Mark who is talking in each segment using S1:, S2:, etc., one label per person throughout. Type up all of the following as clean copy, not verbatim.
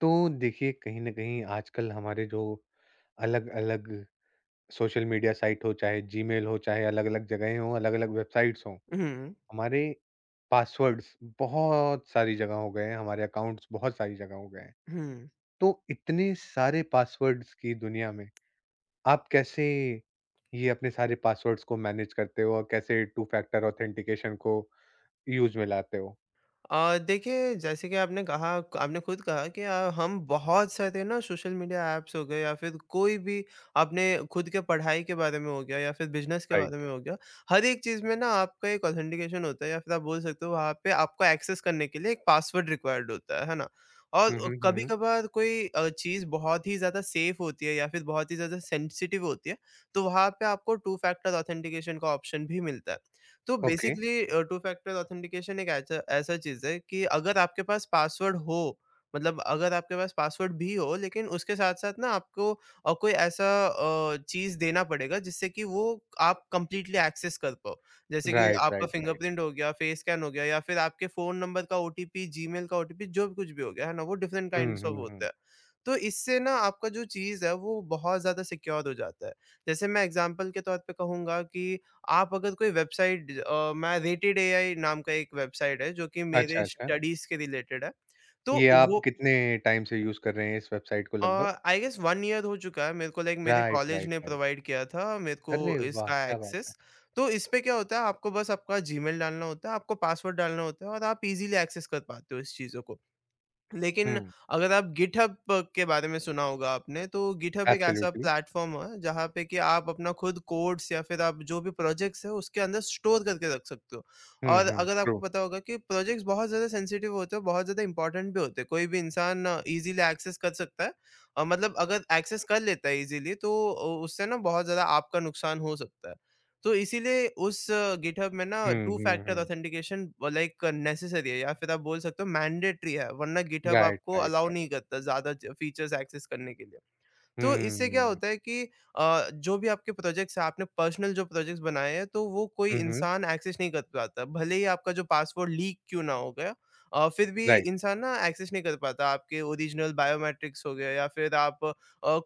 S1: तो देखिए, कहीं ना कहीं आजकल हमारे जो अलग अलग सोशल मीडिया साइट हो, चाहे जीमेल हो, चाहे अलग अलग जगहें हो, अलग अलग वेबसाइट्स हो,
S2: हुँ,
S1: हमारे पासवर्ड्स बहुत सारी जगह हो गए हैं, हमारे अकाउंट्स बहुत सारी जगह हो गए हैं।
S2: हुँ।
S1: तो इतने सारे पासवर्ड्स की दुनिया में आप कैसे ये अपने सारे पासवर्ड्स को मैनेज करते हो और कैसे टू फैक्टर ऑथेंटिकेशन को यूज में लाते हो?
S2: देखिए जैसे कि आपने कहा आपने खुद कहा कि हम बहुत सारे ना सोशल मीडिया ऐप्स हो गए या फिर कोई भी आपने खुद के पढ़ाई के बारे में हो गया या फिर बिज़नेस के बारे
S1: राइट।
S2: में हो गया। हर एक चीज़ में ना आपका एक ऑथेंटिकेशन होता है या फिर आप बोल सकते हो वहाँ पे आपको एक्सेस करने के लिए एक पासवर्ड रिक्वायर्ड होता है ना? और
S1: हम्म, हम्म, हम्म।
S2: कभी-कभार कोई चीज़ बहुत ही ज़्यादा सेफ होती है या फिर बहुत ही ज़्यादा सेंसिटिव होती है, तो वहाँ पे आपको टू फैक्टर ऑथेंटिकेशन का ऑप्शन भी मिलता है। तो
S1: okay.
S2: Basically two factor authentication एक ऐसा ऐसा चीज़ है कि अगर आपके पास पासवर्ड हो, मतलब अगर आपके पास पासवर्ड भी हो लेकिन उसके साथ-साथ ना आपको कोई ऐसा चीज़ देना पड़ेगा जिससे कि वो आप कंप्लीटली एक्सेस कर पाओ। जैसे कि
S1: राइट,
S2: आपका
S1: राइट, राइट।
S2: फिंगरप्रिंट हो गया, फेस स्कैन हो गया या फिर आपके फ़ोन नंबर का ओटीपी, जीमेल का ओटीपी, जो भी कुछ भी हो गया, है ना? वो different
S1: hmm, okay, right,
S2: kinds
S1: right, right, hmm,
S2: of
S1: hmm,
S2: होते
S1: हम्म।
S2: हैं। तो इससे ना आपका जो चीज़ है वो बहुत ज़्यादा सिक्योर हो जाता है। जैसे मैं एग्ज़ाम्पल के तौर पे कहूँगा कि आप अगर कोई वेबसाइट, मैं रेटेड एआई नाम का एक वेबसाइट है जो कि मेरे,
S1: अच्छा,
S2: अच्छा,
S1: अच्छा।
S2: स्टडीज़ के रिलेटेड है। तो
S1: ये आप
S2: वो
S1: कितने टाइम से यूज़ कर रहे हैं इस वेबसाइट को
S2: अ,
S1: लगभग?
S2: आई गेस 1 ईयर हो चुका है, मेरे को लाइक मेरे
S1: राइट,
S2: कॉलेज
S1: राइट,
S2: ने
S1: राइट।
S2: प्रोवाइड किया था मेरे को
S1: अरे वाह!
S2: इसका
S1: क्या बात है।
S2: एक्सेस। तो इसपे क्या होता है, आपको बस आपका जीमेल डालना होता है, आपको पासवर्ड डालना होता है और आप इज़िली एक्सेस कर पाते हो इस चीज़ों को। लेकिन
S1: हुँ,
S2: अगर आप गिटहब के बारे में सुना होगा आपने, तो गिटहब एक ऐसा
S1: एब्सोल्यूटली।
S2: प्लेटफ़ॉर्म है, जहाँ पे कि आप अपना खुद कोड्स या फिर आप जो भी प्रोजेक्ट्स हैं, उसके अंदर स्टोर करके रख सकते हो।
S1: हुँ,
S2: और
S1: हुँ,
S2: अगर आपको
S1: ट्रू।
S2: पता होगा कि प्रोजेक्ट्स बहुत ज़्यादा सेंसिटिव होते हैं, बहुत ज़्यादा इम्पोर्टेंट भी होते हैं। कोई भी इंसान ईज़िली एक्सेस कर सकता है, मतलब अगर एक्सेस कर लेता है ईज़िली, तो उससे ना बहुत ज़्यादा आपका नुकसान हो सकता है। तो इसीलिए उस गिटहब में ना
S1: हुँ,
S2: टू
S1: हुँ,
S2: फैक्टर
S1: हुँ।
S2: ऑथेंटिकेशन लाइक नेसेसरी है, या फिर आप बोल सकते हो मैंडेटरी है, वरना गिटहब
S1: राइट,
S2: आपको
S1: राइट,
S2: अलाउ
S1: राइट।
S2: नहीं करता ज़्यादा फीचर्स एक्सेस करने के लिए। तो इससे क्या
S1: हुँ।
S2: होता है कि जो भी आपके प्रोजेक्ट्स हैं, आपने पर्सनल जो प्रोजेक्ट्स बनाए हैं, तो वो कोई
S1: हुँ, हुँ,
S2: इंसान एक्सेस नहीं कर पाता। भले ही आपका जो पासवर्ड लीक क्यों ना हो गया, फिर भी
S1: राइट।
S2: इंसान ना एक्सेस नहीं कर पाता। आपके ओरिजिनल बायोमेट्रिक्स हो गए या फिर आप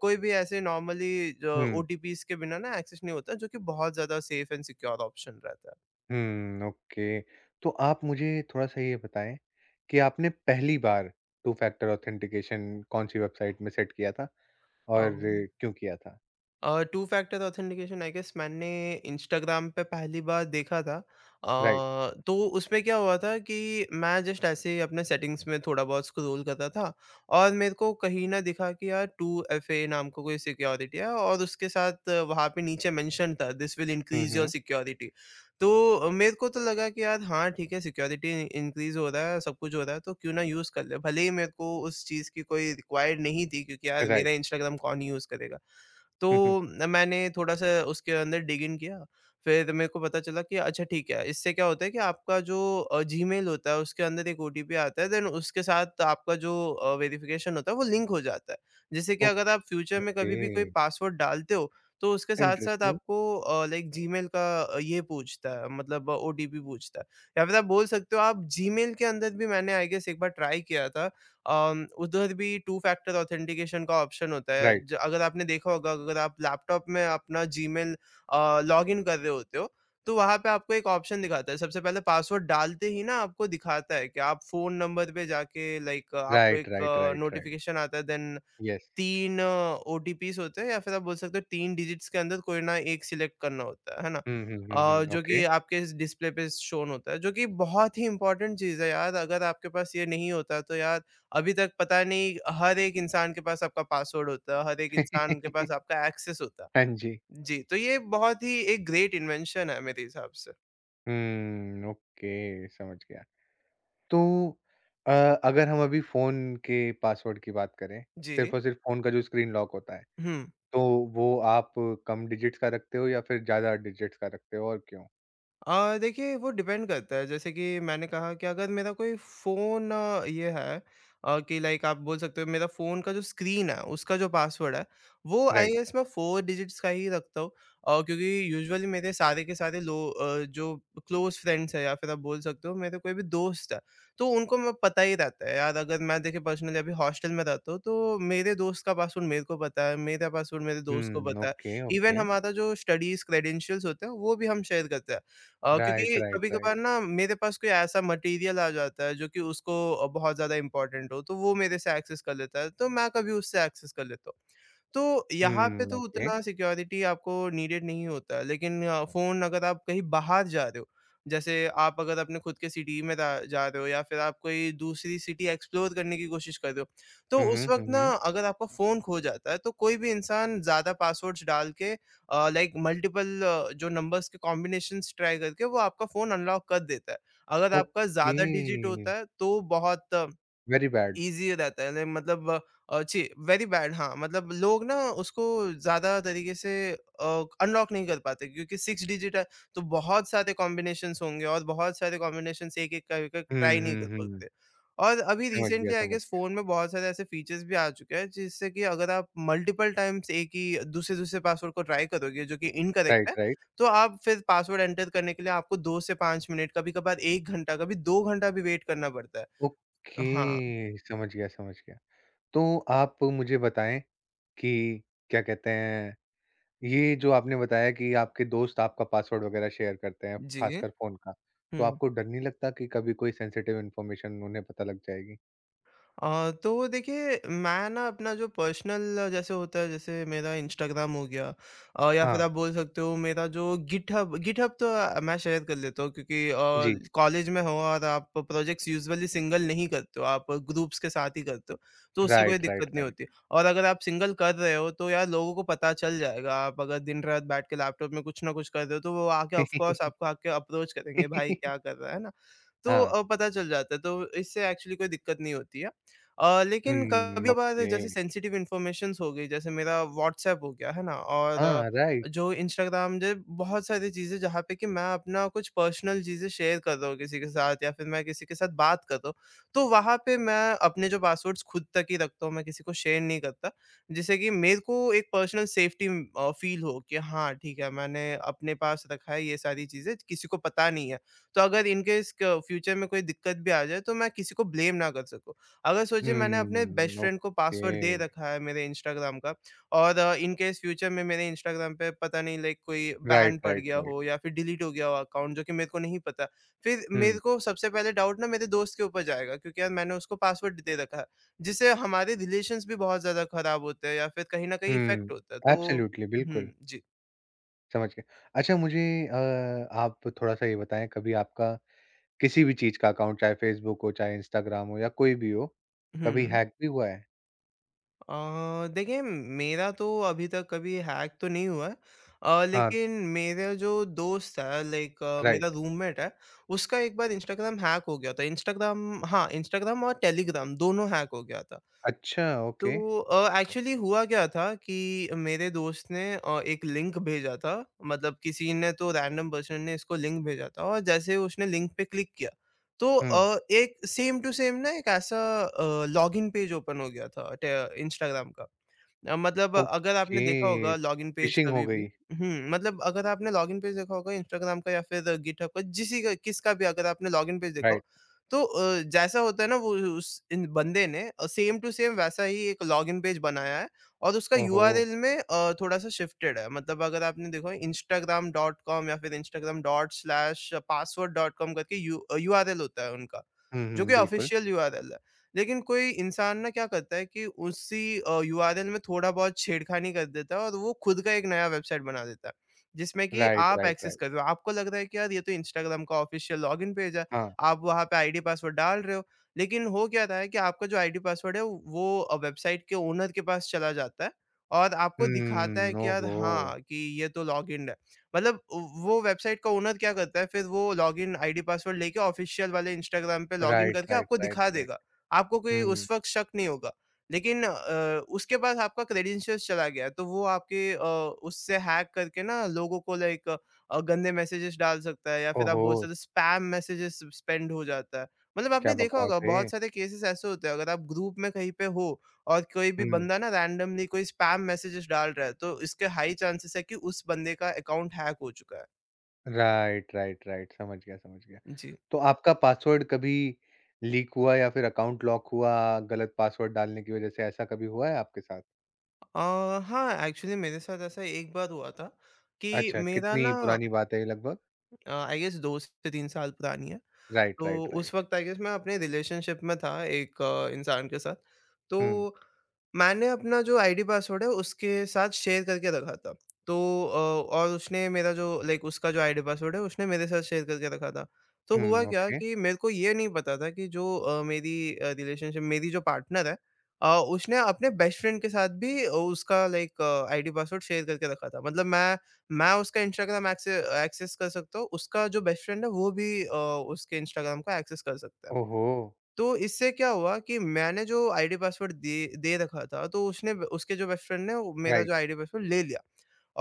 S2: कोई भी ऐसे नॉर्मली जो
S1: हुँ,
S2: ओटीपीज़ के बिना ना एक्सेस नहीं होता, जो कि बहुत ज़्यादा सेफ एंड सिक्योर ऑप्शन रहता है।
S1: हुँ, ओके। तो आप मुझे थोड़ा-सा ये बताएँ कि आपने पहली बार टू फैक्टर ऑथेंटिकेशन कौन-सी वेबसाइट में सेट किया था
S2: अ
S1: और क्यों किया था?
S2: Two factor authentication I guess मैंने इंस्टाग्राम पे पहली बार देखा था। Uh,
S1: right.
S2: तो उसमें क्या हुआ था कि मैं जस्ट ऐसे ही अपने सेटिंग्स में थोड़ा बहुत स्क्रॉल कर रहा था, और मेरे को कहीं ना दिखा कि यार 2FA नाम का कोई सिक्योरिटी है और उसके साथ वहाँ पे नीचे मेंशन था, दिस विल
S1: हुँ,
S2: इंक्रीज योर
S1: हुँ,
S2: सिक्योरिटी। तो मेरे को तो लगा कि यार हाँ ठीक है, सिक्योरिटी इंक्रीज हो रहा है, सब कुछ हो रहा है, तो क्यों ना यूज़ कर ले। भले ही मेरे को उस चीज़ की कोई रिक्वायर्ड नहीं थी, क्योंकि यार
S1: राइट।
S2: मेरा इंस्टाग्राम कौन ही यूज़ करेगा। तो
S1: हुँ, हुँ।
S2: मैंने थोड़ा-सा उसके अंदर डिग इन किया, फिर मेरे को पता चला कि अच्छा ठीक है, इससे क्या होता है कि आपका जो जीमेल होता है उसके अंदर एक ओटीपी आता है, देन उसके साथ आपका जो वेरिफिकेशन होता है वो लिंक हो जाता है। जिससे कि अगर आप फ्यूचर में
S1: ओके,
S2: कभी भी कोई पासवर्ड डालते हो, तो उसके साथ-साथ
S1: इंटरेस्टिंग।
S2: आपको लाइक जीमेल का ये पूछता है, मतलब ओटीपी पूछता है। या फिर आप बोल सकते हो आप जीमेल के अंदर भी, मैंने आई गेस एक बार ट्राई किया था, उधर भी टू फैक्टर ऑथेंटिकेशन का ऑप्शन होता है।
S1: राइट,
S2: ज अगर आपने देखा होगा, अगर आप लैपटॉप में अपना जीमेल लॉगिन कर रहे होते हो, तो वहाँ पे आपको एक ऑप्शन दिखाता है। सबसे पहले पासवर्ड डालते ही ना आपको दिखाता है कि आप फ़ोन नंबर पे जाके लाइक आपको
S1: राइट,
S2: एक
S1: राइट, राइट, राइट।
S2: नोटिफ़िकेशन आता है, देन
S1: येस।
S2: 3 ओटीपीज़ होते हैं या फिर आप बोल सकते हो 3 डिजिट्स के अंदर कोई ना एक सिलेक्ट करना होता है ना?
S1: हुँ, हुँ, हुँ, हुँ,
S2: जो
S1: ओके।
S2: कि आपके इस डिस्प्ले पे शोन होता है, जो कि बहुत ही इम्पोर्टेंट चीज़ है यार, अगर आपके पास ये नहीं होता तो यार अभी तक पता नहीं, हर एक इंसान के पास आपका पासवर्ड होता, हर एक इंसान के पास आपका एक्सेस होता।
S1: हाँ जी।
S2: जी, तो ये बहुत ही एक ग्रेट इन्वेंशन है मेरे हिसाब से।
S1: हुँ, ओके, समझ गया। तो अ, अगर हम अभी फ़ोन के पासवर्ड की बात करें,
S2: जी।
S1: सिर्फ़ और सिर्फ़ फ़ोन का जो स्क्रीन लॉक होता है,
S2: हुँ।
S1: तो वो आप कम डिजिट्स का रखते हो या फिर ज़्यादा डिजिट्स का रखते हो और क्यों?
S2: देखिए, वो डिपेंड करता है। जैसे कि मैंने कहा कि अगर मेरा कोई फ़ोन, ये है कि लाइक आप बोल सकते हो मेरा फ़ोन का जो स्क्रीन है उसका जो पासवर्ड है, वो आई, जी,
S1: राइट।
S2: गेस मैं 4 डिजिट्स का ही रखता हूँ। क्योंकि यूजुअली मेरे सारे के सारे जो क्लोज़ फ्रेंड्स हैं या फिर आप बोल सकते हो मेरे कोई भी दोस्त है, तो उनको मैं पता ही रहता है यार। अगर मैं, देखिए पर्सनली अभी हॉस्टल में रहता हूँ, तो मेरे दोस्त का पासवर्ड मेरे को पता है, मेरा पासवर्ड मेरे दोस्त को
S1: हुँ,
S2: पता है।
S1: Okay,
S2: even
S1: okay.
S2: हमारा जो स्टडीज़ क्रेडेंशियल्स होते हैं वो भी हम शेयर करते हैं।
S1: राइट,
S2: क्योंकि
S1: राइट,
S2: कभी-कभार
S1: राइट।
S2: ना मेरे पास कोई ऐसा मटेरियल आ जाता है जो कि उसको बहुत ज़्यादा इम्पोर्टेंट हो, तो वो मेरे से एक्सेस कर लेता है, तो मैं कभी उससे एक्सेस कर लेता हूँ। तो यहाँ पे
S1: हुँ,
S2: तो
S1: ओके।
S2: उतना सिक्योरिटी आपको नीडेड नहीं होता, लेकिन फ़ोन अगर आप कहीं बाहर जा रहे हो, जैसे आप अगर अपने खुद के सिटी में रा जा रहे हो या फिर आप कोई दूसरी सिटी एक्सप्लोर करने की कोशिश कर रहे हो, तो
S1: हुँ,
S2: उस
S1: हुँ,
S2: वक़्त
S1: हुँ,
S2: ना
S1: हुँ।
S2: अगर आपका फ़ोन खो जाता है, तो कोई भी इंसान ज़्यादा पासवर्ड्स डाल के, लाइक मल्टीपल, जो नंबर्स के कॉम्बिनेशंस ट्राई करके वो आपका फ़ोन अनलॉक कर देता है। अगर आपका
S1: ओके,
S2: ज़्यादा डिजिट होता है, तो बहुत
S1: वेरी बैड।
S2: ईज़ी रहता है, लाइक मतलब, छी, वेरी बैड, हाँ, मतलब लोग ना उसको ज़्यादा तरीके से अनलॉक नहीं कर पाते, क्योंकि 6 डिजिट है, तो बहुत सारे कॉम्बिनेशंस होंगे और बहुत सारे कॉम्बिनेशंस एक-एक करके
S1: हुँ,
S2: ट्राई नहीं कर
S1: हुँ, हुँ।
S2: सकते। और अभी
S1: समझ गया,
S2: रिसेंटली आई
S1: समझ
S2: गेस
S1: गया।
S2: फ़ोन में बहुत सारे ऐसे फीचर्स भी आ चुके हैं, जिससे कि अगर आप मल्टिपल टाइम्स एक ही दूसरे-दूसरे पासवर्ड को ट्राई करोगे जो कि इनकरेक्ट है,
S1: राइट, राइट।
S2: तो आप फिर पासवर्ड एंटर करने के लिए आपको 2 से 5 मिनट, कभी-कभार 1 घंटा, कभी 2 घंटा भी वेट करना पड़ता है। हाँ,
S1: ओके, समझ गया, समझ गया। तो आप मुझे बताएँ कि क्या कहते हैं, ये जो आपने बताया कि आपके दोस्त आपका पासवर्ड वगैरह शेयर करते हैं,
S2: जी।
S1: खासकर फ़ोन का, तो
S2: हुँ।
S1: आपको डर नहीं लगता कि कभी कोई सेंसिटिव इन्फॉर्मेशन उन्हें पता लग जाएगी?
S2: तो देखिए, मैं ना अपना जो पर्सनल जैसे होता है, जैसे मेरा इंस्टाग्राम हो गया, या फिर
S1: हाँ,
S2: आप बोल सकते हो मेरा जो गिटहब गिटहब तो मैं शेयर कर लेता हूँ, क्योंकि
S1: जी।
S2: कॉलेज में हो और आप प्रोजेक्ट्स यूजुअली सिंगल नहीं करते हो, आप ग्रुप्स के साथ ही करते हो, तो उससे कोई
S1: राइट,
S2: दिक्कत
S1: राइट,
S2: नहीं
S1: राइट।
S2: होती। और अगर आप सिंगल कर रहे हो तो यार लोगों को पता चल जाएगा, आप अगर दिन-रात बैठ के लैपटॉप में कुछ ना कुछ कर रहे हो तो वो आके ऑफ कोर्स आपको आके अप्रोच करेंगे, भाई क्या कर रहा है ना? तो
S1: हाँ।
S2: पता चल जाता है, तो इससे एक्चुअली कोई दिक्कत नहीं होती है। लेकिन
S1: हुँ,
S2: कभी-कभार
S1: ओके।
S2: जैसे सेंसिटिव इन्फॉर्मेशंस हो गई, जैसे मेरा व्हाट्सऐप हो गया है ना, और
S1: हाँ, राइट।
S2: जो इंस्टाग्राम, जो बहुत सारी चीज़ें जहाँ पे कि मैं अपना कुछ पर्सनल चीज़ें शेयर कर रहा हूँ किसी के साथ या फिर मैं किसी के साथ बात कर रहा हूँ, तो वहाँ पे मैं अपने जो पासवर्ड्स खुद तक ही रखता हूँ, मैं किसी को शेयर नहीं करता। जिससे कि मेरे को एक पर्सनल सेफ्टी फील हो कि हाँ, ठीक है, मैंने अपने पास रखा है, ये सारी चीज़ें किसी को पता नहीं है। तो अगर इन केस क फ्यूचर में कोई दिक्कत भी आ जाए, तो मैं किसी को ब्लेम ना कर सकूँ। अगर सोचिए मैंने अपने बेस्ट
S1: हुँ,
S2: फ्रेंड को पासवर्ड दे
S1: ओके।
S2: रखा है मेरे इंस्टाग्राम का, और इन केस फ्यूचर में मेरे इंस्टाग्राम पे पता नहीं, लाइक कोई
S1: राइट,
S2: बैन पड़
S1: राइट,
S2: गया
S1: राइट।
S2: हो या फिर डिलीट हो गया हो अकाउंट, जो कि मेरे को नहीं पता। फिर मेरे
S1: हुँ,
S2: को सबसे पहले डाउट ना मेरे दोस्त के ऊपर जाएगा, क्योंकि यार मैंने उसको पासवर्ड दे रखा है। जिससे हमारे रिलेशंस भी बहुत ज़्यादा खराब होते हैं या फिर कहीं न कहीं इफ़ेक्ट
S1: हुँ।
S2: होता है। तो
S1: एब्सोल्युटली, बिल्कुल,
S2: हुँ, जी।
S1: समझ गया। अच्छा, मुझे आप थोड़ा-सा ये बताएँ, कभी आपका किसी भी चीज़ का अकाउंट, चाहे फ़ेसबुक हो, चाहे इंस्टाग्राम हो या कोई भी हो,
S2: हुँ,
S1: कभी
S2: हुँ।
S1: हैक भी हुआ है?
S2: देखिए, मेरा तो अभी तक कभी हैक तो नहीं हुआ है।
S1: हाँ,
S2: लेकिन मेरा जो दोस्त है, लाइक मेरा
S1: राइट।
S2: रूममेट है, उसका एक बार इंस्टाग्राम हैक हो गया था। इंस्टाग्राम, हाँ, इंस्टाग्राम और टेलीग्राम दोनों हैक हो गया था।
S1: अच्छा,
S2: तो
S1: ओके।
S2: एक्चुअली हुआ क्या था कि मेरे दोस्त ने एक लिंक भेजा था। मतलब किसी ने, तो रैंडम पर्सन ने इसको लिंक भेजा था और जैसे उसने लिंक पे क्लिक किया, तो
S1: हुँ,
S2: एक सेम टू सेम ना एक ऐसा लॉगिन पेज ओपन हो गया था टे इंस्टाग्राम का। मतलब अगर आपने
S1: ओके,
S2: देखा होगा लॉगिन पेज
S1: फ़िशिंग हो
S2: कभी भी।
S1: गई,
S2: हुँ, मतलब अगर आपने लॉगिन पेज देखा होगा इंस्टाग्राम का या फिर गिटहब का, जिसी का किसका भी अगर आपने लॉगिन पेज देखा हो,
S1: राइट।
S2: तो जैसा होता है ना वो। उस इन बंदे ने सेम टू सेम वैसा ही एक लॉगिन पेज बनाया है और उसका
S1: ओहो!
S2: यूआरएल में थोड़ा-सा शिफ्टेड है। मतलब अगर आपने देखा हो instagram.com या फिर instagram dot slash password dot com करके यूआरएल होता है उनका,
S1: हुँ,
S2: जो कि
S1: हुँ, बिल्कुल।
S2: ऑफिशियल यूआरएल है। लेकिन कोई इंसान ना क्या करता है कि उसी यूआरएल में थोड़ा बहुत छेड़खानी कर देता है और वो खुद का एक नया वेबसाइट बना देता है, जिसमें कि
S1: राइट,
S2: आप
S1: राइट,
S2: एक्सेस कर
S1: राइट।
S2: रहे हो। आपको लग रहा है कि यार ये तो इंस्टाग्राम का ऑफ़िशियल लॉगिन पेज है,
S1: हाँ।
S2: आप वहाँ पे आईडी पासवर्ड डाल रहे हो, लेकिन हो क्या रहा है कि आपका जो आईडी पासवर्ड है वो वेबसाइट के ओनर के पास चला जाता है और आपको दिखाता है कि यार
S1: ओहो!
S2: हाँ, कि ये तो लॉगिन्ड है। मतलब उ वो वेबसाइट का ओनर क्या करता है, फिर वो लॉगिन आईडी पासवर्ड लेके ऑफ़िशियल वाले इंस्टाग्राम पे लॉगिन
S1: राइट,
S2: करके
S1: राइट,
S2: आपको
S1: राइट,
S2: दिखा
S1: राइट।
S2: देगा। आपको कोई
S1: हुँ,
S2: उस वक़्त शक नहीं होगा। लेकिन उसके बाद आपका क्रेडेंशियल्स चला गया, तो वो आपके उससे हैक करके ना लोगों को लाइक गंदे मैसेजेस डाल सकता है, या फिर आप
S1: ओहो!
S2: बोल सकते हो स्पैम मैसेजेस स्पेंड हो जाता है। मतलब आपने
S1: क्या
S2: देखा होगा
S1: बकवास है
S2: बहुत
S1: ये!
S2: सारे केसेस ऐसे होते हैं, अगर आप ग्रुप में कहीं पे हो और कोई भी
S1: हुँ।
S2: बंदा ना रैंडमली कोई स्पैम मैसेजेस डाल रहा है, तो इसके हाई चांसेस है कि उस बंदे का अकाउंट हैक हो चुका है।
S1: राइट, राइट, राइट, समझ गया, समझ गया।
S2: जी।
S1: तो आपका पासवर्ड कभी लीक हुआ या फिर अकाउंट लॉक हुआ गलत पासवर्ड डालने की वजह से, ऐसा कभी हुआ है आपके साथ?
S2: अ, हाँ, एक्चुअली मेरे साथ ऐसा एक बार हुआ था कि
S1: अच्छा,
S2: मेरा
S1: कितनी
S2: ना
S1: पुरानी बात है ये लगभग?
S2: आई गेस 2 से 3 साल पुरानी है।
S1: राइट,
S2: तो
S1: राइट,
S2: उस
S1: राइट।
S2: वक़्त आई गेस मैं अपने रिलेशनशिप में था, एक इंसान के साथ। तो
S1: हुँ,
S2: मैंने अपना जो आईडी पासवर्ड है उसके साथ शेयर करके रखा था। तो अ, और उसने मेरा जो लाइक उसका जो आईडी पासवर्ड है उसने मेरे साथ शेयर करके रखा था। तो हुआ
S1: हुँ,
S2: क्या
S1: ओके।
S2: कि मेरे को ये नहीं पता था कि जो मेरी रिलेशनशिप मेरी जो पार्टनर है, उसने अपने बेस्ट फ्रेंड के साथ भी उसका लाइक आईडी पासवर्ड शेयर करके रखा था। मतलब मैं उसका इंस्टाग्राम एक्से एक्सेस कर सकता हूँ, उसका जो बेस्ट फ्रेंड है वो भी उसके इंस्टाग्राम को एक्सेस कर सकता है।
S1: ओहो!
S2: तो इससे क्या हुआ कि मैंने जो आईडी पासवर्ड दे दे रखा था, तो उसने ब उसके जो बेस्ट फ्रेंड ने वो मेरा जो
S1: राइट,
S2: आईडी पासवर्ड ले लिया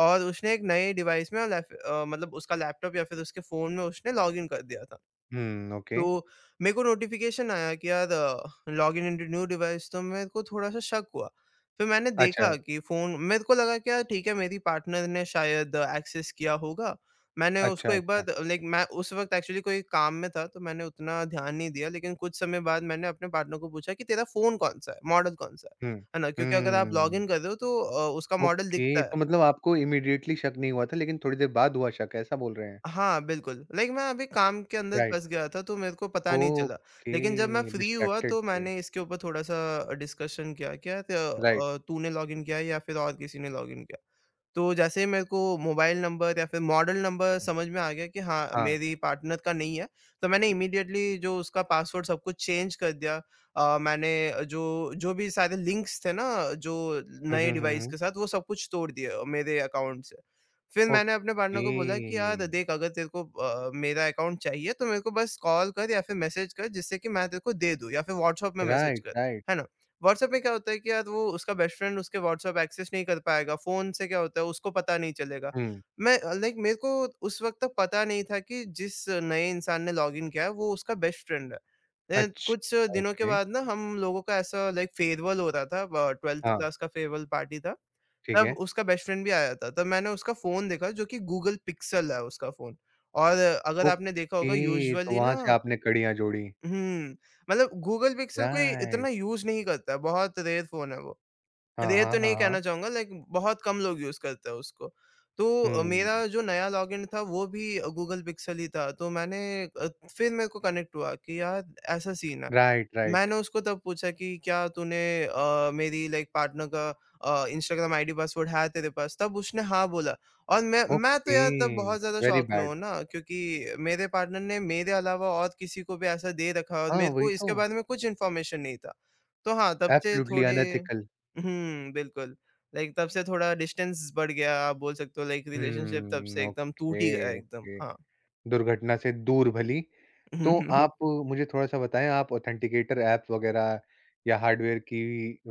S2: और उसने एक नए डिवाइस में मतलब उसका लैपटॉप या फिर उसके फ़ोन में उसने लॉगिन कर दिया था।
S1: हुँ, ओके।
S2: तो मेरे को नोटिफ़िकेशन आया कि यार लॉगिन इनटू न्यू डिवाइस, तो मेरे को थोड़ा-सा शक हुआ। फिर मैंने
S1: अच्छा,
S2: देखा कि फ़ोन, मेरे को लगा कि यार ठीक है, मेरी पार्टनर ने शायद एक्सेस किया होगा। मैंने
S1: अच्छा,
S2: उसको एक
S1: अच्छा।
S2: बार लाइक, मैं उस वक़्त एक्चुअली कोई काम में था तो मैंने उतना ध्यान नहीं दिया, लेकिन कुछ समय बाद मैंने अपने पार्टनर को पूछा कि तेरा फ़ोन कौन-सा है? मॉडल कौन-सा है?
S1: हुँ,
S2: है ना? क्योंकि अगर आप
S1: हुँ,
S2: लॉगिन कर रहे हो तो उसका मॉडल
S1: ओके।
S2: दिखता है।
S1: तो मतलब आपको इमीडिएटली शक नहीं हुआ था, लेकिन थोड़ी देर बाद हुआ शक, ऐसा बोल रहे हैं?
S2: हाँ, बिल्कुल। लाइक मैं अभी काम के अंदर
S1: राइट,
S2: फँस गया था तो मेरे को पता नहीं चला।
S1: ओके,
S2: लेकिन जब मैं फ्री हुआ
S1: डिस्ट्रैक्टेड
S2: तो
S1: थे।
S2: मैंने इसके ऊपर थोड़ा-सा डिस्कशन किया,
S1: राइट,
S2: तूने लॉगिन किया है या फिर और किसी ने लॉगिन किया? तो जैसे ही मेरे को मोबाइल नंबर या फिर मॉडल नंबर समझ में आ गया कि हाँ,
S1: हाँ।
S2: मेरी पार्टनर का नहीं है, तो मैंने इमीडिएटली जो उसका पासवर्ड सब कुछ चेंज कर दिया। मैंने जो जो भी सारे लिंक्स थे ना, जो
S1: हुँ,
S2: नए
S1: हुँ, हुँ,
S2: डिवाइस
S1: हुँ।
S2: के साथ, वो सब कुछ तोड़ दिए मेरे अकाउंट से। फिर मैंने अपने पार्टनर
S1: ओके,
S2: को बोला कि, "यार देख, अगर तेरे को मेरा अकाउंट चाहिए तो मेरे को बस कॉल कर या फिर मैसेज कर, जिससे कि मैं तेरे को दे दूँ, या फिर व्हाट्सएप में मैसेज
S1: राइट,
S2: कर।"
S1: राइट।
S2: है ना? व्हाट्सएप में क्या होता है कि यार वो उसका बेस्ट फ्रेंड उसके व्हाट्सएप एक्सेस नहीं कर पाएगा, फ़ोन से क्या होता है उसको पता नहीं चलेगा।
S1: हुँ,
S2: मैं लाइक मेरे को उस वक़्त तक पता नहीं था कि जिस नए इंसान ने लॉगिन किया है वो उसका बेस्ट फ्रेंड है। देन
S1: अच्छा,
S2: कुछ दिनों के
S1: ओके,
S2: बाद ना हम लोगों का ऐसा लाइक फेयरवेल हो रहा था, ब 12th
S1: हाँ,
S2: क्लास का फेयरवेल पार्टी था,
S1: ठीक
S2: तब
S1: है।
S2: उसका बेस्ट फ्रेंड भी आया था। तब मैंने उसका फ़ोन देखा जो कि गूगल पिक्सल है उसका फ़ोन, और अगर आपने देखा होगा
S1: ओके, तो
S2: यूजुअली ना,
S1: वहाँ से आपने कड़ियाँ जोड़ी,
S2: हुँ, मतलब गूगल पिक्सेल कोई इतना
S1: राइट,
S2: यूज़ नहीं करता है, बहुत रेयर फ़ोन है वो।
S1: हाँ,
S2: रेयर
S1: हाँ,
S2: तो
S1: हाँ,
S2: नहीं
S1: हाँ,
S2: कहना चाहूँगा, लाइक बहुत कम लोग यूज़ करते हैं उसको। तो
S1: हुँ,
S2: मेरा जो नया लॉगिन था वो भी गूगल पिक्सेल ही था, तो मैंने अ, फिर मेरे को कनेक्ट हुआ कि यार ऐसा सीन है।
S1: राइट, राइट,
S2: मैंने उसको तब पूछा कि क्या तूने मेरी लाइक पार्टनर का इंस्टाग्राम आईडी पासवर्ड है तेरे पास? तब उसने हाँ बोला, और मैं तो
S1: ओके,
S2: यार तब बहुत ज़्यादा
S1: वेरी
S2: शॉक में
S1: बैड,
S2: हूँ ना, क्योंकि मेरे पार्टनर ने मेरे अलावा और किसी को भी ऐसा दे रखा है और
S1: हाँ,
S2: मेरे को
S1: वही
S2: इसके
S1: तो,
S2: बारे में कुछ इन्फॉर्मेशन नहीं था। तो हाँ, तब से
S1: एब्सोल्युटली
S2: थोड़े।
S1: अनएथिकल,
S2: हुँ, बिल्कुल। लाइक तब से थोड़ा डिस्टेंस बढ़ गया, आप बोल सकते हो लाइक रिलेशनशिप तब से
S1: हुँ,
S2: एकदम टूट ही गया
S1: ओके,
S2: एकदम।
S1: ओके,
S2: हाँ।
S1: दुर्घटना से दूर भली। तो आप मुझे थोड़ा-सा बताएँ, आप ऑथेंटिकेटर ऐप्स वग़ैरह या हार्डवेयर की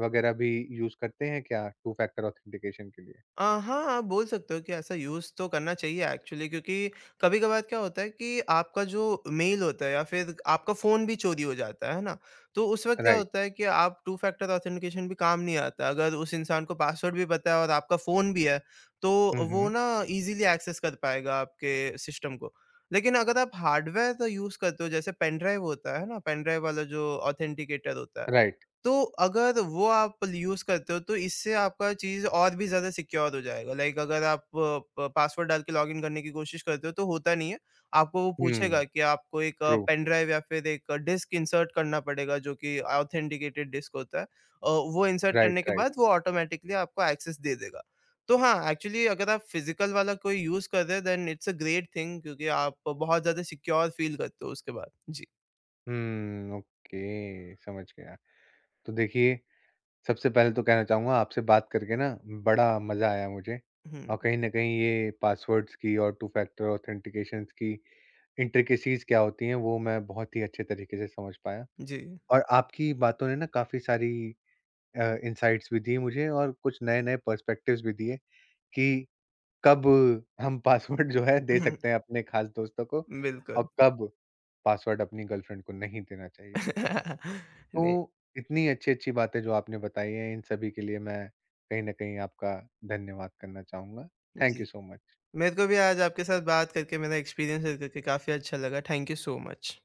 S1: वग़ैरह भी यूज़ करते हैं क्या टू फैक्टर ऑथेंटिकेशन के लिए?
S2: हाँ, आप बोल सकते हो कि ऐसा यूज़ तो करना चाहिए एक्चुअली, क्योंकि कभी-कभार क्या होता है कि आपका जो मेल होता है या फिर आपका फ़ोन भी चोरी हो जाता है ना? तो उस वक़्त क्या
S1: राइट।
S2: होता है कि आप टू फैक्टर ऑथेंटिकेशन भी काम नहीं आता। अगर उस इंसान को पासवर्ड भी पता है और आपका फ़ोन भी है, तो
S1: हुँ,
S2: वो
S1: हुँ।
S2: ना ईज़िली एक्सेस कर पाएगा आपके सिस्टम को। लेकिन अगर आप हार्डवेयर तो यूज़ करते हो, जैसे पेन ड्राइव होता है ना, पेन ड्राइव वाला जो ऑथेंटिकेटर होता है,
S1: राइट।
S2: तो अगर वो आप यूज़ करते हो तो इससे आपका चीज़ और भी ज़्यादा सिक्योर हो जाएगा। लाइक अगर आप प पासवर्ड डाल के लॉगिन करने की कोशिश करते हो तो होता नहीं है। आपको वो पूछेगा
S1: हुँ,
S2: कि आपको एक
S1: ट्रू।
S2: पेन ड्राइव या फिर एक डिस्क इंसर्ट करना पड़ेगा, जो कि ऑथेंटिकेटेड डिस्क होता है। वो इंसर्ट
S1: राइट,
S2: करने के
S1: राइट।
S2: बाद वो ऑटोमैटिकली आपको एक्सेस दे देगा। तो हाँ, एक्चुअली अगर आप फिज़िकल वाला कोई यूज़ कर रहे हैं then it's a great thing, क्योंकि आप बहुत ज़्यादा सिक्योर फ़ील करते हो उसके बाद। जी।
S1: हुँ, ओके, समझ गया। तो देखिए, सबसे पहले तो कहना चाहूँगा आपसे बात करके ना बड़ा मज़ा आया मुझे,
S2: हुँ,
S1: और कहीं न कहीं ये पासवर्ड्स की और टू फैक्टर ऑथेंटिकेशंस की इंट्रिकेसीज़ क्या होती हैं वो मैं बहुत ही अच्छे तरीके से समझ पाया,
S2: जी।
S1: और आपकी बातों ने ना काफ़ी सारी इनसाइट्स भी दिए मुझे और कुछ नए-नए पर्सपेक्टिव्स भी दिए कि कब हम पासवर्ड जो है दे
S2: हुँ,
S1: सकते हैं अपने खास दोस्तों को और
S2: बिल्कुल।
S1: कब पासवर्ड अपनी गर्लफ्रेंड को नहीं देना चाहिए।
S2: नहीं,
S1: तो इतनी अच्छी-अच्छी बातें जो आपने बताई हैं, इन सभी के लिए मैं कहीं न कहीं आपका धन्यवाद करना चाहूँगा। थैंक
S2: जी।
S1: You so much.
S2: मेरे को भी आज आपके साथ बात करके, मेरा एक्सपीरियंस शेयर करके काफ़ी अच्छा लगा। Thank you so much.